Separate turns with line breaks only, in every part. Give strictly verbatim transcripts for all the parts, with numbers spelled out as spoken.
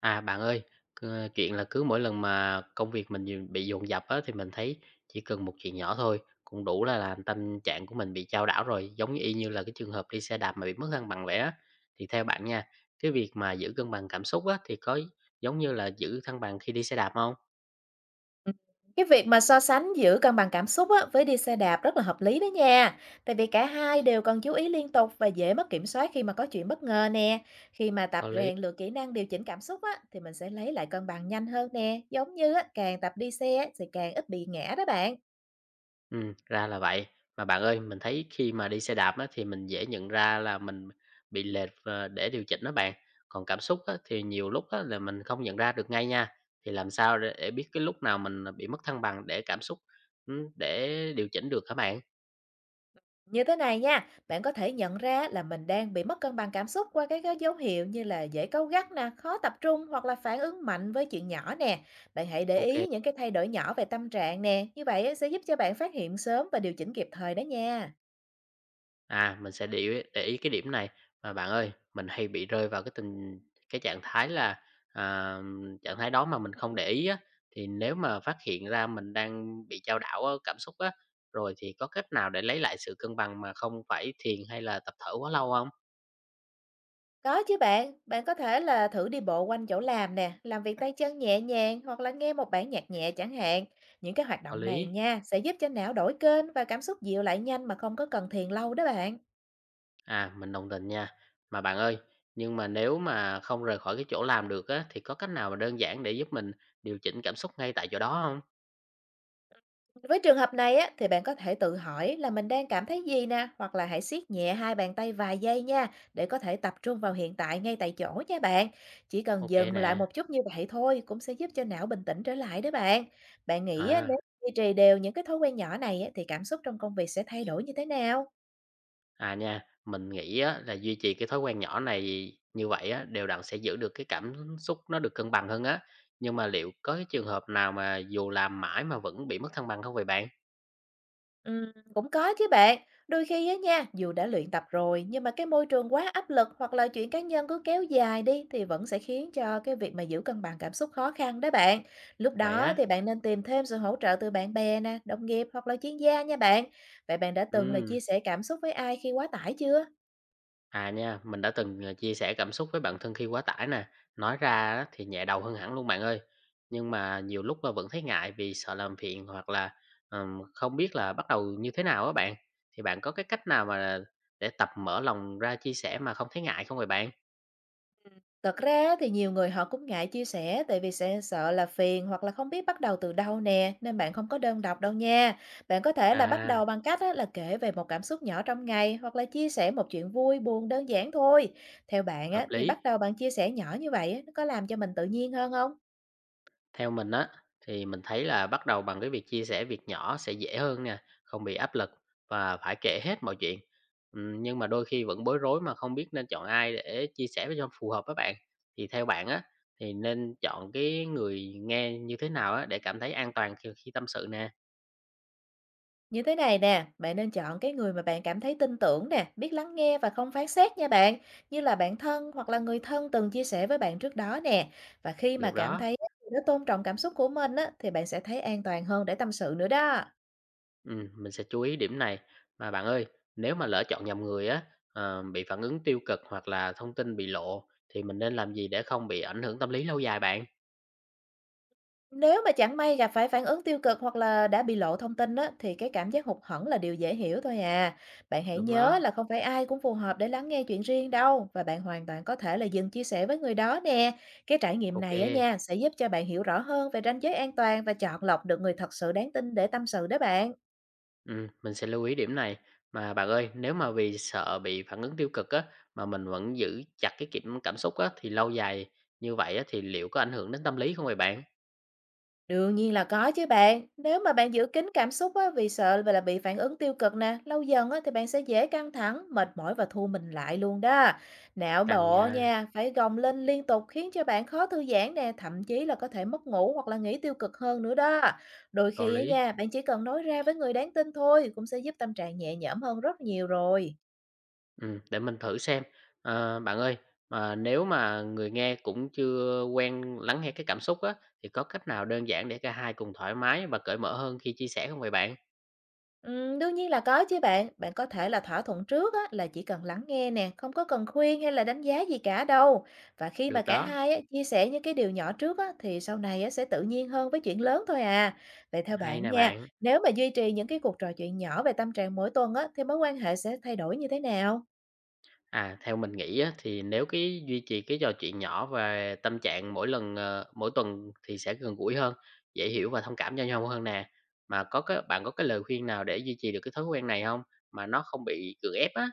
À, bạn ơi, c chuyện là cứ mỗi lần mà công việc mình dồn bị dồn dập á, thì mình thấy chỉ cần một chuyện nhỏ thôi cũng đủ là làm tâm trạng của mình bị chao đảo rồi, giống như y như là cái trường hợp đi xe đạp mà bị mất cân bằng vậy á. Thì theo bạn nha, cái việc mà giữ cân bằng cảm xúc á, thì có giống như là giữ thăng bằng khi đi xe đạp không?
Ừm, cái việc mà so sánh giữa cân bằng cảm xúc á, với đi xe đạp rất là hợp lý đó nha. Tại vì cả hai đều cần chú ý liên tục và dễ mất kiểm soát khi mà có chuyện bất ngờ nè. Khi mà tập
Có lý.
rèn luyện kỹ năng điều chỉnh cảm xúc á, thì mình sẽ lấy lại cân bằng nhanh hơn nè. Giống như á, càng tập đi xe thì càng ít bị ngã đó bạn.
Ừ, ra là vậy. Mà bạn ơi, mình thấy khi mà đi xe đạp á, thì mình dễ nhận ra là mình bị lệch và để điều chỉnh đó bạn. Còn cảm xúc á, thì nhiều lúc á, là mình không nhận ra được ngay nha. Thì làm sao để, để biết cái lúc nào mình bị mất thăng bằng để cảm xúc ừ, để điều chỉnh được hả bạn?
Như thế này nha, bạn có thể nhận ra là mình đang bị mất cân bằng cảm xúc qua các cái dấu hiệu như là dễ cáu gắt nè, khó tập trung hoặc là phản ứng mạnh với chuyện nhỏ nè. Bạn hãy để
Ok.
ý những cái thay đổi nhỏ về tâm trạng nè, như vậy á, sẽ giúp cho bạn phát hiện sớm và điều chỉnh kịp thời đó nha.
À, mình sẽ để ý để ý cái điểm này. Mà bạn ơi, mình hay bị rơi vào cái tình cái trạng thái là, à, trạng thái đó mà mình không để ý á, thì nếu mà phát hiện ra mình đang bị dao đảo ở cảm xúc á, rồi thì có cách nào để lấy lại sự cân bằng mà không phải thiền hay là tập thở quá lâu không?
Có chứ bạn, bạn có thể là thử đi bộ quanh chỗ làm nè, làm việc tay chân nhẹ nhàng hoặc là nghe một bản nhạc nhẹ chẳng hạn. Những cái hoạt
Có
động này
lý.
nha sẽ giúp cho não đổi kênh và cảm xúc dịu lại nhanh mà không có cần thiền lâu đó bạn.
À, mình đồng tình nha. Mà bạn ơi, nhưng mà nếu mà không rời khỏi cái chỗ làm được á, thì có cách nào mà đơn giản để giúp mình điều chỉnh cảm xúc ngay tại chỗ đó không?
Với trường hợp này á, thì bạn có thể tự hỏi là mình đang cảm thấy gì nè, hoặc là hãy siết nhẹ hai bàn tay vài giây nha, để có thể tập trung vào hiện tại ngay tại chỗ nha bạn. Chỉ cần
Ok
dừng
nè.
lại một chút như vậy thôi cũng sẽ giúp cho não bình tĩnh trở lại đó bạn. Bạn nghĩ á,
À.
nếu duy trì đều những cái thói quen nhỏ này á, thì cảm xúc trong công việc sẽ thay đổi như thế nào?
À nha, mình nghĩ á, là duy trì cái thói quen nhỏ này như vậy á, đều đặn sẽ giữ được cái cảm xúc nó được cân bằng hơn á. Nhưng mà liệu có cái trường hợp nào mà dù làm mãi mà vẫn bị mất thăng bằng không vậy bạn?
Ừm, cũng có chứ bạn. Đôi khi á nha, dù đã luyện tập rồi nhưng mà cái môi trường quá áp lực hoặc là chuyện cá nhân cứ kéo dài đi thì vẫn sẽ khiến cho cái việc mà giữ cân bằng cảm xúc khó khăn đó bạn. Lúc
Vậy
đó
á?
thì bạn nên tìm thêm sự hỗ trợ từ bạn bè nè, đồng nghiệp hoặc là chuyên gia nha bạn. Vậy bạn đã từng là
Ừ.
chia sẻ cảm xúc với ai khi quá tải chưa?
À nha, mình đã từng ờ, chia sẻ cảm xúc với bạn thân khi quá tải nè. Nói ra á, thì nhẹ đầu hơn hẳn luôn bạn ơi. Nhưng mà nhiều lúc mà vẫn thấy ngại vì sợ làm phiền hoặc là ừm, không biết là bắt đầu như thế nào á bạn. Thì bạn có cái cách nào mà để tập mở lòng ra chia sẻ mà không thấy ngại không vậy bạn?
Thật ra á thì nhiều người họ cũng ngại chia sẻ tại vì sẽ sợ là phiền hoặc là không biết bắt đầu từ đâu nè, nên bạn không có đơn độc đâu nha. Bạn có thể là bắt
À.
đầu bằng cách á, là kể về một cảm xúc nhỏ trong ngày hoặc là chia sẻ một chuyện vui, buồn đơn giản thôi. Theo bạn
Hợp
á, thì bắt
lý.
đầu bằng chia sẻ nhỏ như vậy á, nó có làm cho mình tự nhiên hơn không?
Theo mình á thì mình thấy là bắt đầu bằng cái việc chia sẻ việc nhỏ sẽ dễ hơn nè, không bị áp lực và phải kể hết mọi chuyện. Ừm, Nhưng mà đôi khi vẫn bối rối mà không biết nên chọn ai để chia sẻ cho phù hợp với bạn. Thì theo bạn á thì nên chọn cái người nghe như thế nào á để cảm thấy an toàn khi, khi tâm sự nè.
Như thế này nè, bạn nên chọn cái người mà bạn cảm thấy tin tưởng nè, biết lắng nghe và không phán xét nha bạn, như là bạn thân hoặc là người thân từng chia sẻ với bạn trước đó nè. Và khi mà
Được
cảm
đó.
thấy người đó tôn trọng cảm xúc của mình á, thì bạn sẽ thấy an toàn hơn để tâm sự nữa đó.
Ừ, mình sẽ chú ý điểm này. Mà bạn ơi, nếu mà lỡ chọn nhầm người á, ờ, bị phản ứng tiêu cực hoặc là thông tin bị lộ thì mình nên làm gì để không bị ảnh hưởng tâm lý lâu dài bạn?
Nếu mà chẳng may gặp phải phản ứng tiêu cực hoặc là đã bị lộ thông tin á, thì cái cảm giác hụt hẫng là điều dễ hiểu thôi à. Bạn hãy
Đúng đó.
nhớ là không phải ai cũng phù hợp để lắng nghe chuyện riêng đâu và bạn hoàn toàn có thể là dừng chia sẻ với người đó nè. Cái trải nghiệm
OK,
này á nha sẽ giúp cho bạn hiểu rõ hơn về ranh giới an toàn và chọn lọc được người thật sự đáng tin để tâm sự đó bạn.
ừm, mình sẽ lưu ý điểm này. Mà bạn ơi, nếu mà vì sợ bị phản ứng tiêu cực á, mà mình vẫn giữ chặt cái kiểm cảm xúc á, thì lâu dài như vậy á, thì liệu có ảnh hưởng đến tâm lý không vậy bạn?
Đương nhiên là có chứ bạn. Nếu mà bạn giữ kín cảm xúc á, vì sợ là bị phản ứng tiêu cực nè, lâu dần á, thì bạn sẽ dễ căng thẳng, mệt mỏi và thu mình lại luôn đó. Não
Cần
bộ
nha,
nha, phải gồng lên liên tục khiến cho bạn khó thư giãn nè, thậm chí là có thể mất ngủ hoặc là nghĩ tiêu cực hơn nữa đó. Đôi
có
khi á
lý.
nha, bạn chỉ cần nói ra với người đáng tin thôi cũng sẽ giúp tâm trạng nhẹ nhõm hơn rất nhiều rồi.
Ừm, để mình thử xem. Ờ, bạn ơi, mà nếu mà người nghe cũng chưa quen lắng nghe cái cảm xúc á, thì có cách nào đơn giản để cả hai cùng thoải mái và cởi mở hơn khi chia sẻ không vậy bạn?
Ừm, đương nhiên là có chứ bạn. Bạn có thể là thỏa thuận trước á, là chỉ cần lắng nghe nè, không có cần khuyên hay là đánh giá gì cả đâu. Và khi mà
Được
cả
đó,
hai á, chia sẻ những cái điều nhỏ trước á, thì sau này á, sẽ tự nhiên hơn với chuyện lớn thôi à. Vậy theo
hay
bạn
nè
nha,
bạn.
nếu mà duy trì những cái cuộc trò chuyện nhỏ về tâm trạng mỗi tuần á, thì mối quan hệ sẽ thay đổi như thế nào?
À, theo mình nghĩ á, thì nếu cái duy trì cái trò chuyện nhỏ về tâm trạng mỗi lần, ờ, mỗi tuần thì sẽ gần gũi hơn, dễ hiểu và thông cảm cho nhau hơn nè. Mà có cái bạn có cái lời khuyên nào để duy trì được cái thói quen này không, mà nó không bị gượng ép á?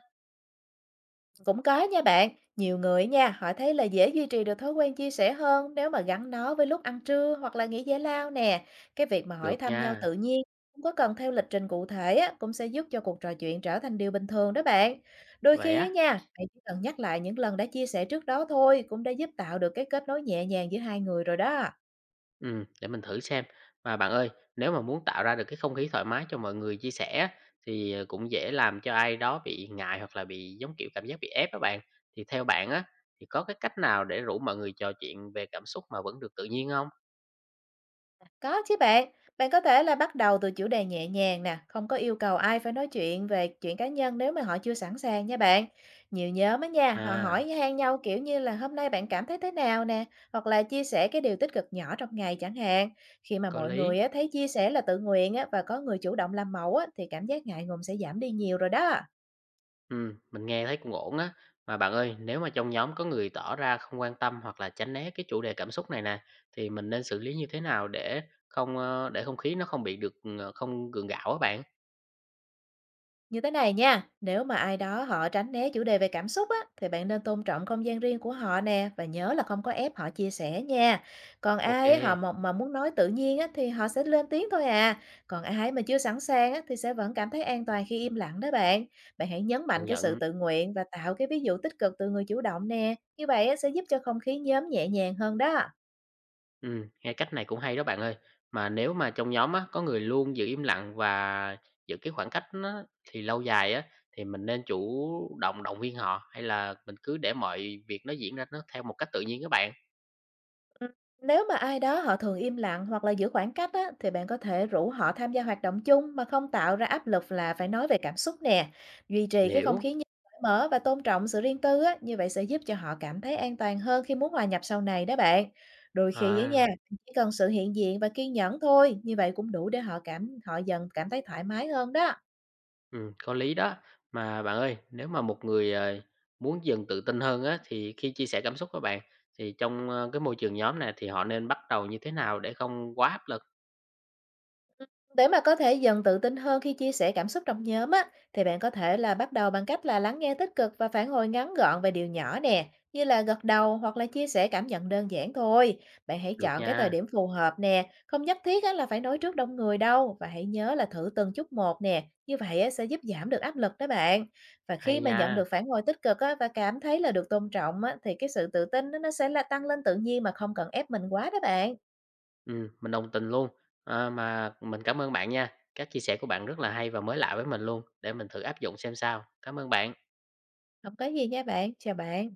Cũng có nha bạn, nhiều người nha, họ thấy là dễ duy trì được thói quen chia sẻ hơn nếu mà gắn nó với lúc ăn trưa hoặc là nghỉ giải lao nè. Cái việc mà hỏi
Được
thăm nhau
nha,
tự nhiên, không có cần theo lịch trình cụ thể á, cũng sẽ giúp cho cuộc trò chuyện trở thành điều bình thường đó bạn. Đôi
vậy
khi á
á?
nha, bạn chỉ cần nhắc lại những lần đã chia sẻ trước đó thôi, cũng đã giúp tạo được cái kết nối nhẹ nhàng giữa hai người rồi đó.
Ừm, để mình thử xem. Mà bạn ơi, nếu mà muốn tạo ra được cái không khí thoải mái cho mọi người chia sẻ á, thì, ờ, cũng dễ làm cho ai đó bị ngại hoặc là bị, giống kiểu, cảm giác bị ép á bạn. Thì theo bạn á, thì có cái cách nào để rủ mọi người trò chuyện về cảm xúc mà vẫn được tự nhiên không?
Có chứ bạn, bạn có thể là bắt đầu từ chủ đề nhẹ nhàng nè, không có yêu cầu ai phải nói chuyện về chuyện cá nhân nếu mà họ chưa sẵn sàng nha bạn. Nhiều nhóm á nha, họ
À,
hỏi han nhau kiểu như là hôm nay bạn cảm thấy thế nào nè, hoặc là chia sẻ cái điều tích cực nhỏ trong ngày chẳng hạn. Khi mà
có
mọi người
lý.
á, thấy chia sẻ là tự nguyện á, và có người chủ động làm mẫu á, thì cảm giác ngại ngùng sẽ giảm đi nhiều rồi đó.
Ừm, mình nghe thấy cũng ổn á. Mà bạn ơi, nếu mà trong nhóm có người tỏ ra không quan tâm hoặc là tránh né cái chủ đề cảm xúc này nè, thì mình nên xử lý như thế nào để không ờ, để không khí nó không bị được ờ, không gượng gạo á bạn?
Như thế này nha, nếu mà ai đó họ tránh né chủ đề về cảm xúc á, thì bạn nên tôn trọng không gian riêng của họ nè và nhớ là không có ép họ chia sẻ nha. Còn
Ok,
ai á, họ mà, mà muốn nói tự nhiên á, thì họ sẽ lên tiếng thôi à. Còn ai mà chưa sẵn sàng á, thì sẽ vẫn cảm thấy an toàn khi im lặng đó bạn. Bạn hãy nhấn
công
mạnh cái sự
nhận.
tự nguyện và tạo cái ví dụ tích cực từ người chủ động nè. Như vậy á, sẽ giúp cho không khí nhóm nhẹ nhàng hơn đó.
Ừm, nghe cách này cũng hay đó bạn ơi. Mà nếu mà trong nhóm á có người luôn giữ im lặng và giữ cái khoảng cách nó thì lâu dài á thì mình nên chủ động động viên họ hay là mình cứ để mọi việc nó diễn ra nó theo một cách tự nhiên các bạn?
Ừm, nếu mà ai đó họ thường im lặng hoặc là giữ khoảng cách á, thì bạn có thể rủ họ tham gia hoạt động chung mà không tạo ra áp lực là phải nói về cảm xúc nè. Duy trì
Mình
cái không
hiểu.
khí cởi mở và tôn trọng sự riêng tư á, như vậy sẽ giúp cho họ cảm thấy an toàn hơn khi muốn hòa nhập sau này đó bạn. Đôi khi á
À.
nha, chỉ cần sự hiện diện và kiên nhẫn thôi, như vậy cũng đủ để họ cảm họ dần cảm thấy thoải mái hơn đó.
Ừm, có lý đó. Mà bạn ơi, nếu mà một người, ờ, muốn dần tự tin hơn á, thì khi chia sẻ cảm xúc á bạn, thì trong, ơ, cái môi trường nhóm này thì họ nên bắt đầu như thế nào để không quá áp lực?
Ừm, để mà có thể dần tự tin hơn khi chia sẻ cảm xúc trong nhóm á, thì bạn có thể là bắt đầu bằng cách là lắng nghe tích cực và phản hồi ngắn gọn về điều nhỏ nè, như là gật đầu hoặc là chia sẻ cảm nhận đơn giản thôi. Bạn hãy
Được
chọn cái thời
nha,
điểm phù hợp nè, không nhất thiết á, là phải nói trước đông người đâu và hãy nhớ là thử từng chút một nè, như vậy á, sẽ giúp giảm được áp lực đó bạn. Và
hay
khi mà nhận
nha,
được phản hồi tích cực á, và cảm thấy là được tôn trọng á, thì cái sự tự tin nó nó sẽ là tăng lên tự nhiên mà không cần ép mình quá đó bạn.
ừm, mình đồng tình luôn. Ờ, mà mình cảm ơn bạn nha, các chia sẻ của bạn rất là hay và mới lạ với mình luôn, để mình thử áp dụng xem sao. Cảm ơn bạn.
Không có gì nha bạn, chào bạn.